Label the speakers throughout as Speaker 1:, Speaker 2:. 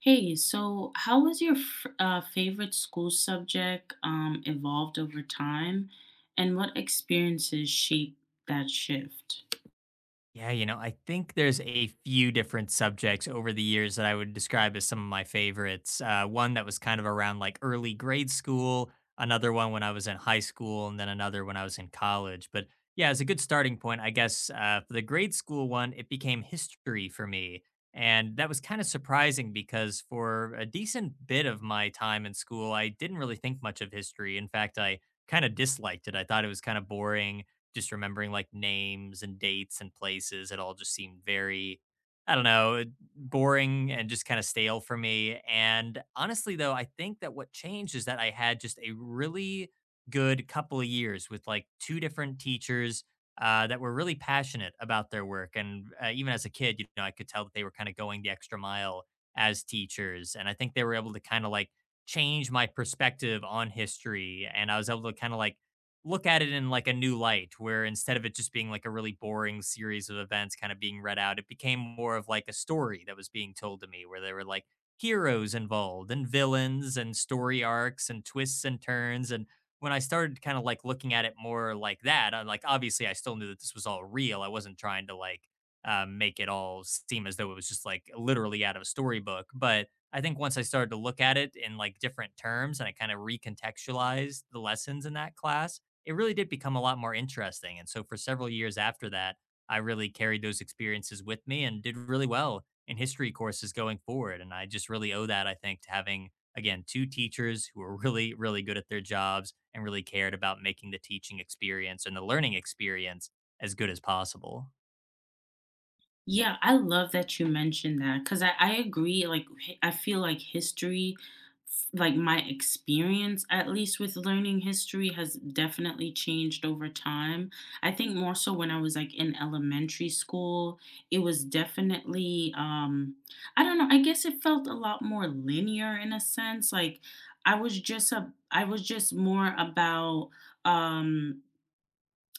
Speaker 1: Hey, so how has your f favorite school subject evolved over time, and what experiences shaped that shift?
Speaker 2: Yeah, you know, I think there's a few different subjects over the years that I would describe as some of my favorites. One that was kind of around like early grade school, another one when I was in high school, and then another when I was in college. But yeah, as a good starting point, I guess for the grade school one, it became history for me. And that was kind of surprising because for a decent bit of my time in school, I didn't really think much of history. In fact, I kind of disliked it. I thought it was kind of boring just remembering like names and dates and places. It all just seemed very, I don't know, boring and just kind of stale for me. And honestly, though, I think that what changed is that I had just a really good couple of years with like two different teachers that were really passionate about their work. And even as a kid, you know, I could tell that they were kind of going the extra mile as teachers. And I think they were able to kind of like change my perspective on history. And I was able to kind of like look at it in like a new light, where instead of it just being like a really boring series of events kind of being read out, it became more of like a story that was being told to me, where there were like heroes involved and villains and story arcs and twists and turns. And when I started kind of like looking at it more like that, I like, obviously I still knew that this was all real. I wasn't trying to like make it all seem as though it was just like literally out of a storybook, but I think once I started to look at it in like different terms and I kind of recontextualized the lessons in that class, it really did become a lot more interesting. And so for several years after that, I really carried those experiences with me and did really well in history courses going forward. And I just really owe that, I think, to having, again, two teachers who were really, really good at their jobs and really cared about making the teaching experience and the learning experience as good as possible.
Speaker 1: Yeah, I love that you mentioned that because I agree. I feel like history, like my experience at least with learning history, has definitely changed over time. I think more so when I was like in elementary school, it was definitely, I don't know, I guess it felt a lot more linear in a sense. I was just more about, um,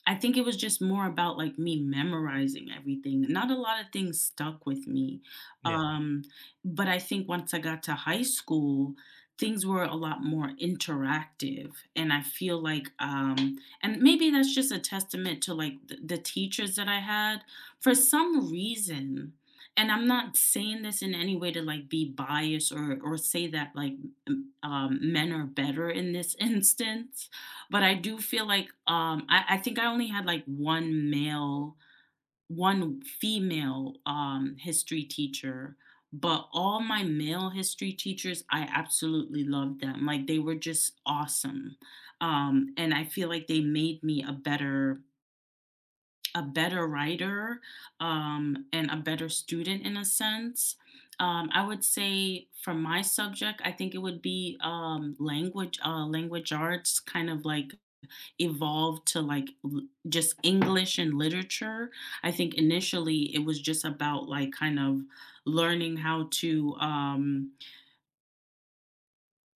Speaker 1: I think it was just more about, like, me memorizing everything. Not a lot of things stuck with me,
Speaker 2: Yeah.
Speaker 1: um, but I think once I got to high school, things were a lot more interactive, and I feel like, and maybe that's just a testament to, like, the teachers that I had. For some reason, and I'm not saying this in any way to, like, be biased or say that, like, m men are better in this instance, but I do feel like, I think I only had, like, 1 male 1 female, history teacher, but all my male history teachers, I absolutely loved them. Like, they were just awesome. And I feel like they made me a better writer, and a better student in a sense. I would say for my subject, I think it would be, language, language arts, kind of like evolved to just English and literature. I think initially it was just about like kind of learning how to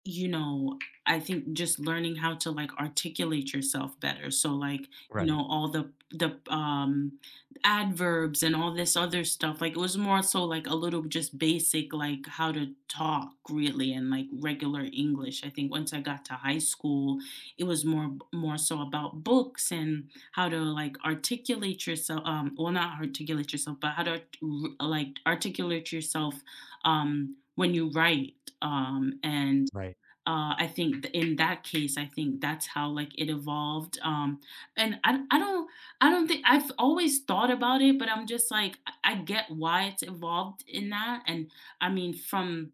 Speaker 1: you know, I think just learning how to, like, articulate yourself better. So, like, you know,
Speaker 2: Right.
Speaker 1: all the adverbs and all this other stuff. Like, it was more so, like, a little just basic, like, how to talk really and, like, regular English. I think once I got to high school, it was more so about books and how to, like, articulate yourself. Not articulate yourself, but how to art r like, articulate yourself, when you write, um, and
Speaker 2: Right.
Speaker 1: uh, I think in that case, I think that's how like it evolved. And I don't think I've always thought about it, but I'm just like I get why it's evolved in that. And I mean, from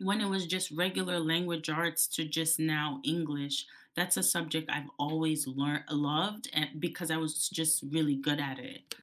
Speaker 1: when it was just regular language arts to just now English, that's a subject I've always learned loved, and because I was just really good at it.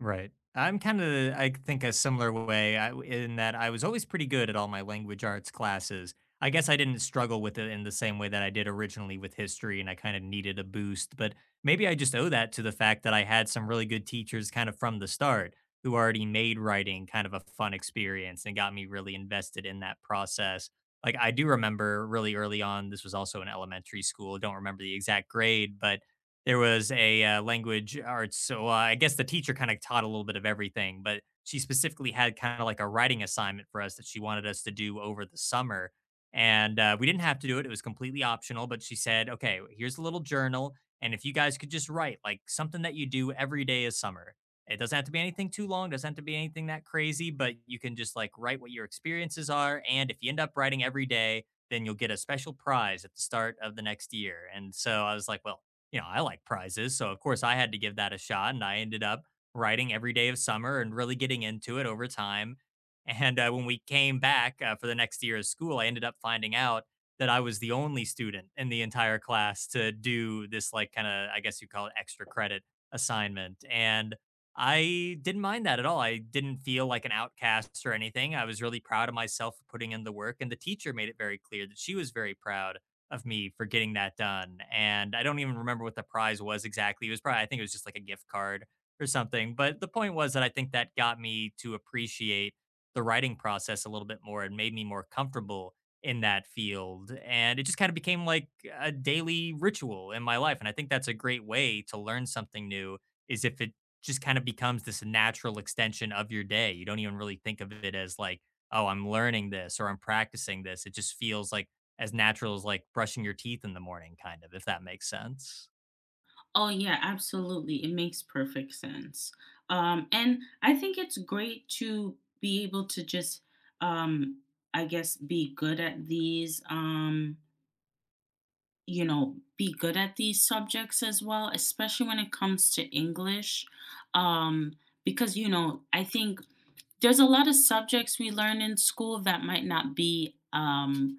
Speaker 2: Right, I'm kind of, I think, a similar way I, in that I was always pretty good at all my language arts classes. I guess I didn't struggle with it in the same way that I did originally with history, and I kind of needed a boost. But maybe I just owe that to the fact that I had some really good teachers kind of from the start, who already made writing kind of a fun experience and got me really invested in that process. Like, I do remember really early on, this was also in elementary school, don't remember the exact grade, but there was a, language arts, so I guess the teacher kinda taught a little bit of everything, but she specifically had kinda like a writing assignment for us that she wanted us to do over the summer, and, we didn't have to do it, it was completely optional, but she said, "Okay, here's a little journal, and if you guys could just write, like, something that you do every day of summer. It doesn't have to be anything too long, doesn't have to be anything that crazy, but you can just, like, write what your experiences are, and if you end up writing every day, then you'll get a special prize at the start of the next year." And so I was like, "Well, you know, I like prizes." So, of course, I had to give that a shot. And I ended up writing every day of summer and really getting into it over time. And when we came back for the next year of school, I ended up finding out that I was the only student in the entire class to do this, like, kind of, I guess you call it extra credit assignment. And I didn't mind that at all. I didn't feel like an outcast or anything. I was really proud of myself for putting in the work. And the teacher made it very clear that she was very proud of me for getting that done. And I don't even remember what the prize was exactly. It was probably, I think it was just like a gift card or something. But the point was that I think that got me to appreciate the writing process a little bit more and made me more comfortable in that field. And it just kind of became like a daily ritual in my life. And I think that's a great way to learn something new is if it just kind of becomes this natural extension of your day. You don't even really think of it as like, oh, I'm learning this or I'm practicing this. It just feels like as natural as like brushing your teeth in the morning, kind of, if that makes sense.
Speaker 1: Oh yeah, absolutely. It makes perfect sense. And I think it's great to be able to just, um, I guess, be good at these, you know, be good at these subjects as well, especially when it comes to English. Um, because, you know, I think there's a lot of subjects we learn in school that might not be,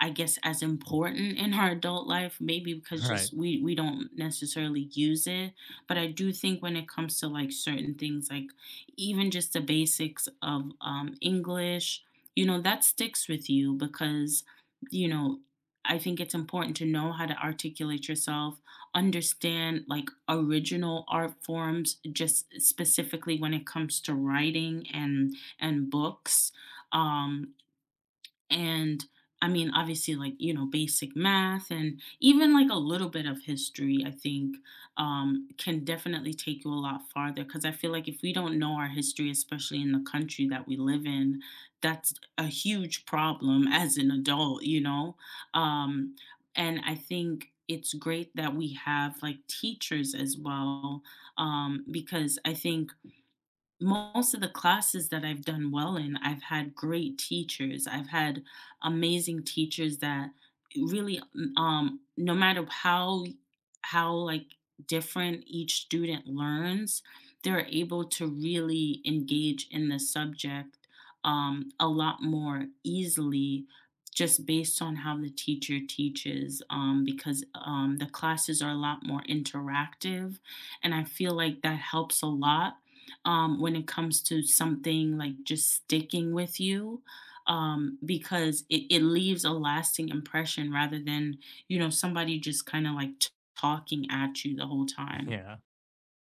Speaker 1: I guess, as important in our adult life, maybe because
Speaker 2: Right.
Speaker 1: just we don't necessarily use it. But I do think when it comes to like certain things, like even just the basics of English, you know, that sticks with you because, you know, I think it's important to know how to articulate yourself, understand like original art forms, just specifically when it comes to writing and books. Um, and I mean obviously like you know basic math and even like a little bit of history I think can definitely take you a lot farther because I feel like if we don't know our history, especially in the country that we live in, that's a huge problem as an adult, you know. um, and I think it's great that we have like teachers as well, because I think most of the classes that I've done well in, I've had great teachers. I've had amazing teachers that really, no matter how how like different each student learns, they're able to really engage in the subject a lot more easily just based on how the teacher teaches, because the classes are a lot more interactive, and I feel like that helps a lot when it comes to something like just sticking with you, it leaves a lasting impression rather than, you know, somebody just kind of like talking at you the whole time.
Speaker 2: Yeah.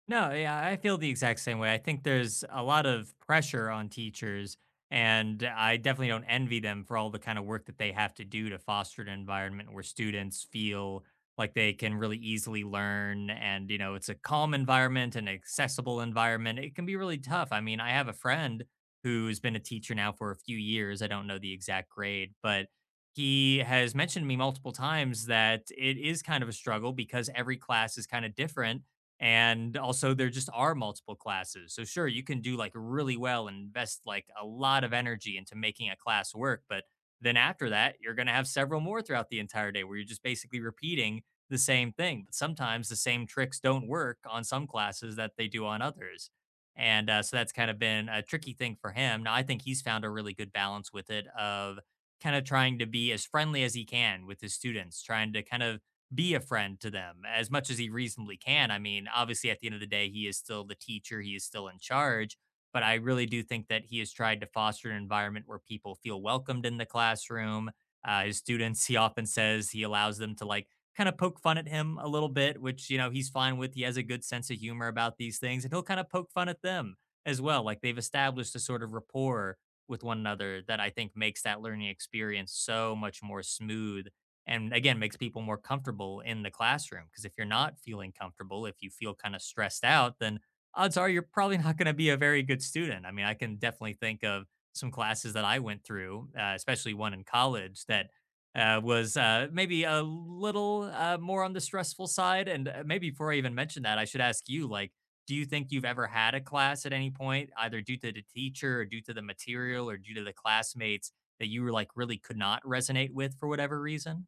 Speaker 2: No, yeah, I feel the exact same way. I think there's a lot of pressure on teachers, and I definitely don't envy them for all the kind of work that they have to do to foster an environment where students feel like they can really easily learn, and you know, it's a calm environment, an accessible environment. It can be really tough. I mean, I have a friend who's been a teacher now for a few years, I don't know the exact grade, but he has mentioned to me multiple times that it is kind of a struggle because every class is kind of different. And also, there just are multiple classes. So, sure, you can do like really well and invest like a lot of energy into making a class work. But then after that, you're going to have several more throughout the entire day where you're just basically repeating the same thing. But sometimes the same tricks don't work on some classes that they do on others. And so that's kind of been a tricky thing for him. Now, I think he's found a really good balance with it of kind of trying to be as friendly as he can with his students, trying to kind of be a friend to them as much as he reasonably can. I mean, obviously, at the end of the day, he is still the teacher, he is still in charge. But I really do think that he has tried to foster an environment where people feel welcomed in the classroom. His students, he often says he allows them to like kind of poke fun at him a little bit, which, you know, he's fine with. He has a good sense of humor about these things, and he'll kind of poke fun at them as well. Like they've established a sort of rapport with one another that I think makes that learning experience so much more smooth, and again makes people more comfortable in the classroom. Because if you're not feeling comfortable, if you feel kind of stressed out, then odds are you're probably not going to be a very good student. I mean, I can definitely think of some classes that I went through, especially one in college that was maybe a little more on the stressful side. And maybe before I even mention that, I should ask you, like, do you think you've ever had a class at any point, either due to the teacher or due to the material or due to the classmates, that you were like really could not resonate with for whatever reason?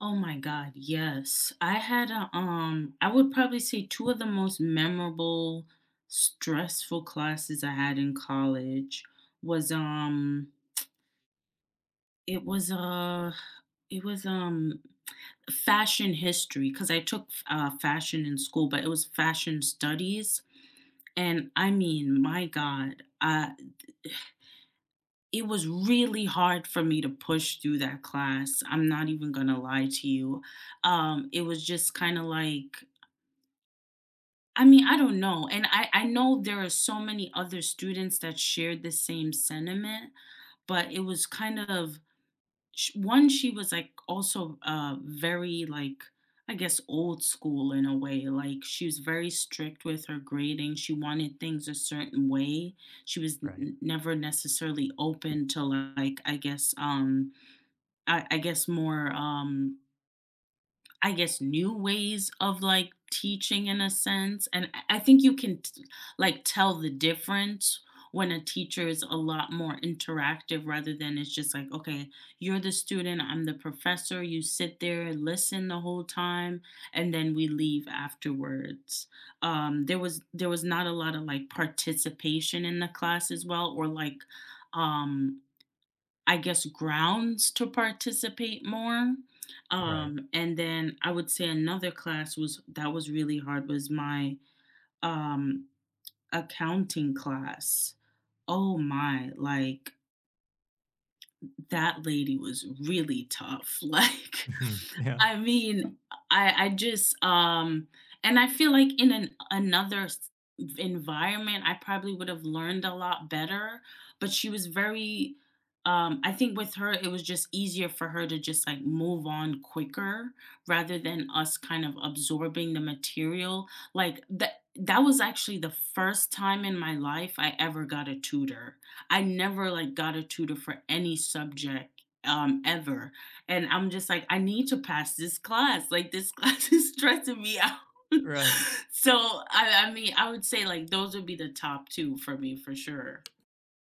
Speaker 1: Oh my God, yes. I had a, I would probably say two of the most memorable, stressful classes I had in college was, it was, uh, it was, um, fashion history, because I took fashion in school, but it was fashion studies. And I mean, my God, it was really hard for me to push through that class. I'm not even going to lie to you. It was just kind of like, I mean, I don't know. And I know there are so many other students that shared the same sentiment, but it was kind of one. She was like also very like, I guess, old school in a way. Like, she was very strict with her grading, she wanted things a certain way. She was
Speaker 2: Right,
Speaker 1: never necessarily open to, like, I guess, I guess more I guess, new ways of, like, teaching in a sense, and I think you can t like, tell the difference when a teacher is a lot more interactive rather than it's just like, "Okay, you're the student, I'm the professor, you sit there and listen the whole time, and then we leave afterwards." There was not a lot of, like, participation in the class as well or, like, um, I guess, grounds to participate more.
Speaker 2: right.
Speaker 1: And then I would say another class was that was really hard was my um accounting class. Oh my, like that lady was really tough. Like
Speaker 2: Yeah,
Speaker 1: I mean, I just, and I feel like in an another s environment, I probably would have learned a lot better, but she was very, I think with her, it was just easier for her to just, like, move on quicker rather than us kind of absorbing the material. Like, that was actually the first time in my life I ever got a tutor. I never, like, got a tutor for any subject, ever. And I'm just like, "I need to pass this class, like, this class is stressing me out."
Speaker 2: right.
Speaker 1: So, I mean, I would say, like, those would be the top 2 for me for sure.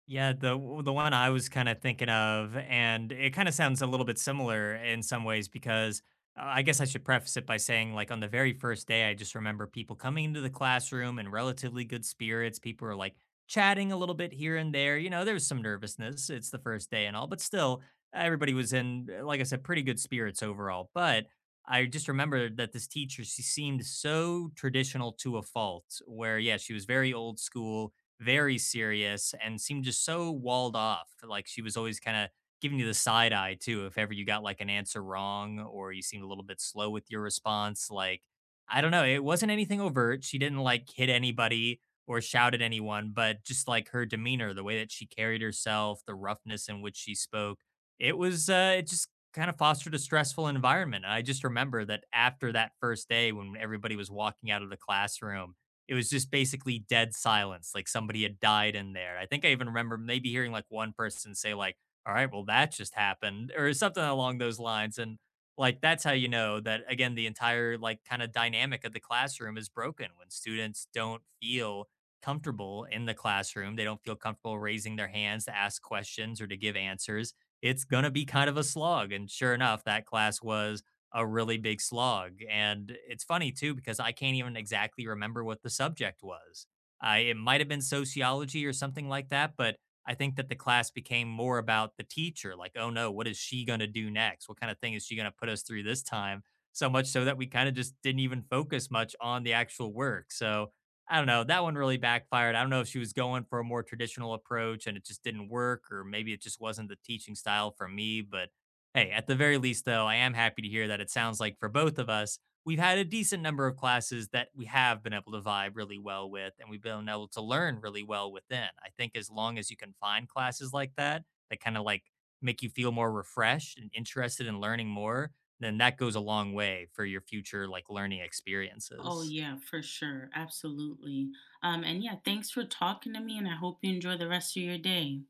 Speaker 2: Yeah, the one I was kinda thinking of, and it kinda sounds a little bit similar in some ways, because I guess I should preface it by saying, like, on the very first day, I just remember people coming into the classroom in relatively good spirits. People were, like, chatting a little bit here and there. You know, there was some nervousness. It's the first day and all, but still, everybody was in, like I said, pretty good spirits overall. But I just remembered that this teacher, she seemed so traditional to a fault, where, yeah, she was very old school, very serious and seemed just so walled off. Like she was always kind of giving you the side eye too. If ever you got like an answer wrong or you seemed a little bit slow with your response, like, I don't know, it wasn't anything overt. She didn't like hit anybody or shout at anyone, but just like her demeanor, the way that she carried herself, the roughness in which she spoke, it just kind of fostered a stressful environment. And I just remember that after that first day, when everybody was walking out of the classroom, it was just basically dead silence, like somebody had died in there. I think I even remember maybe hearing like one person say like, "All right, well that just happened," or something along those lines. And like, that's how you know that again, the entire like kind of dynamic of the classroom is broken when students don't feel comfortable in the classroom. They don't feel comfortable raising their hands to ask questions or to give answers. It's going to be kind of a slog. And sure enough, that class was a really big slog. And it's funny too, because I can't even exactly remember what the subject was. I, it might have been sociology or something like that, but I think that the class became more about the teacher, like, oh no, what is she going to do next? What kind of thing is she going to put us through this time? So much so that we kind of just didn't even focus much on the actual work. So I don't know. That one really backfired. I don't know if she was going for a more traditional approach and it just didn't work, or maybe it just wasn't the teaching style for me. But hey, at the very least, though, I am happy to hear that it sounds like for both of us, we've had a decent number of classes that we have been able to vibe really well with and we've been able to learn really well within. I think as long as you can find classes like that, that kind of like make you feel more refreshed and interested in learning more, then that goes a long way for your future like learning
Speaker 1: Oh,
Speaker 2: experiences.
Speaker 1: yeah, for sure, absolutely. And yeah, thanks for talking to me, and I hope you enjoy the rest of your day.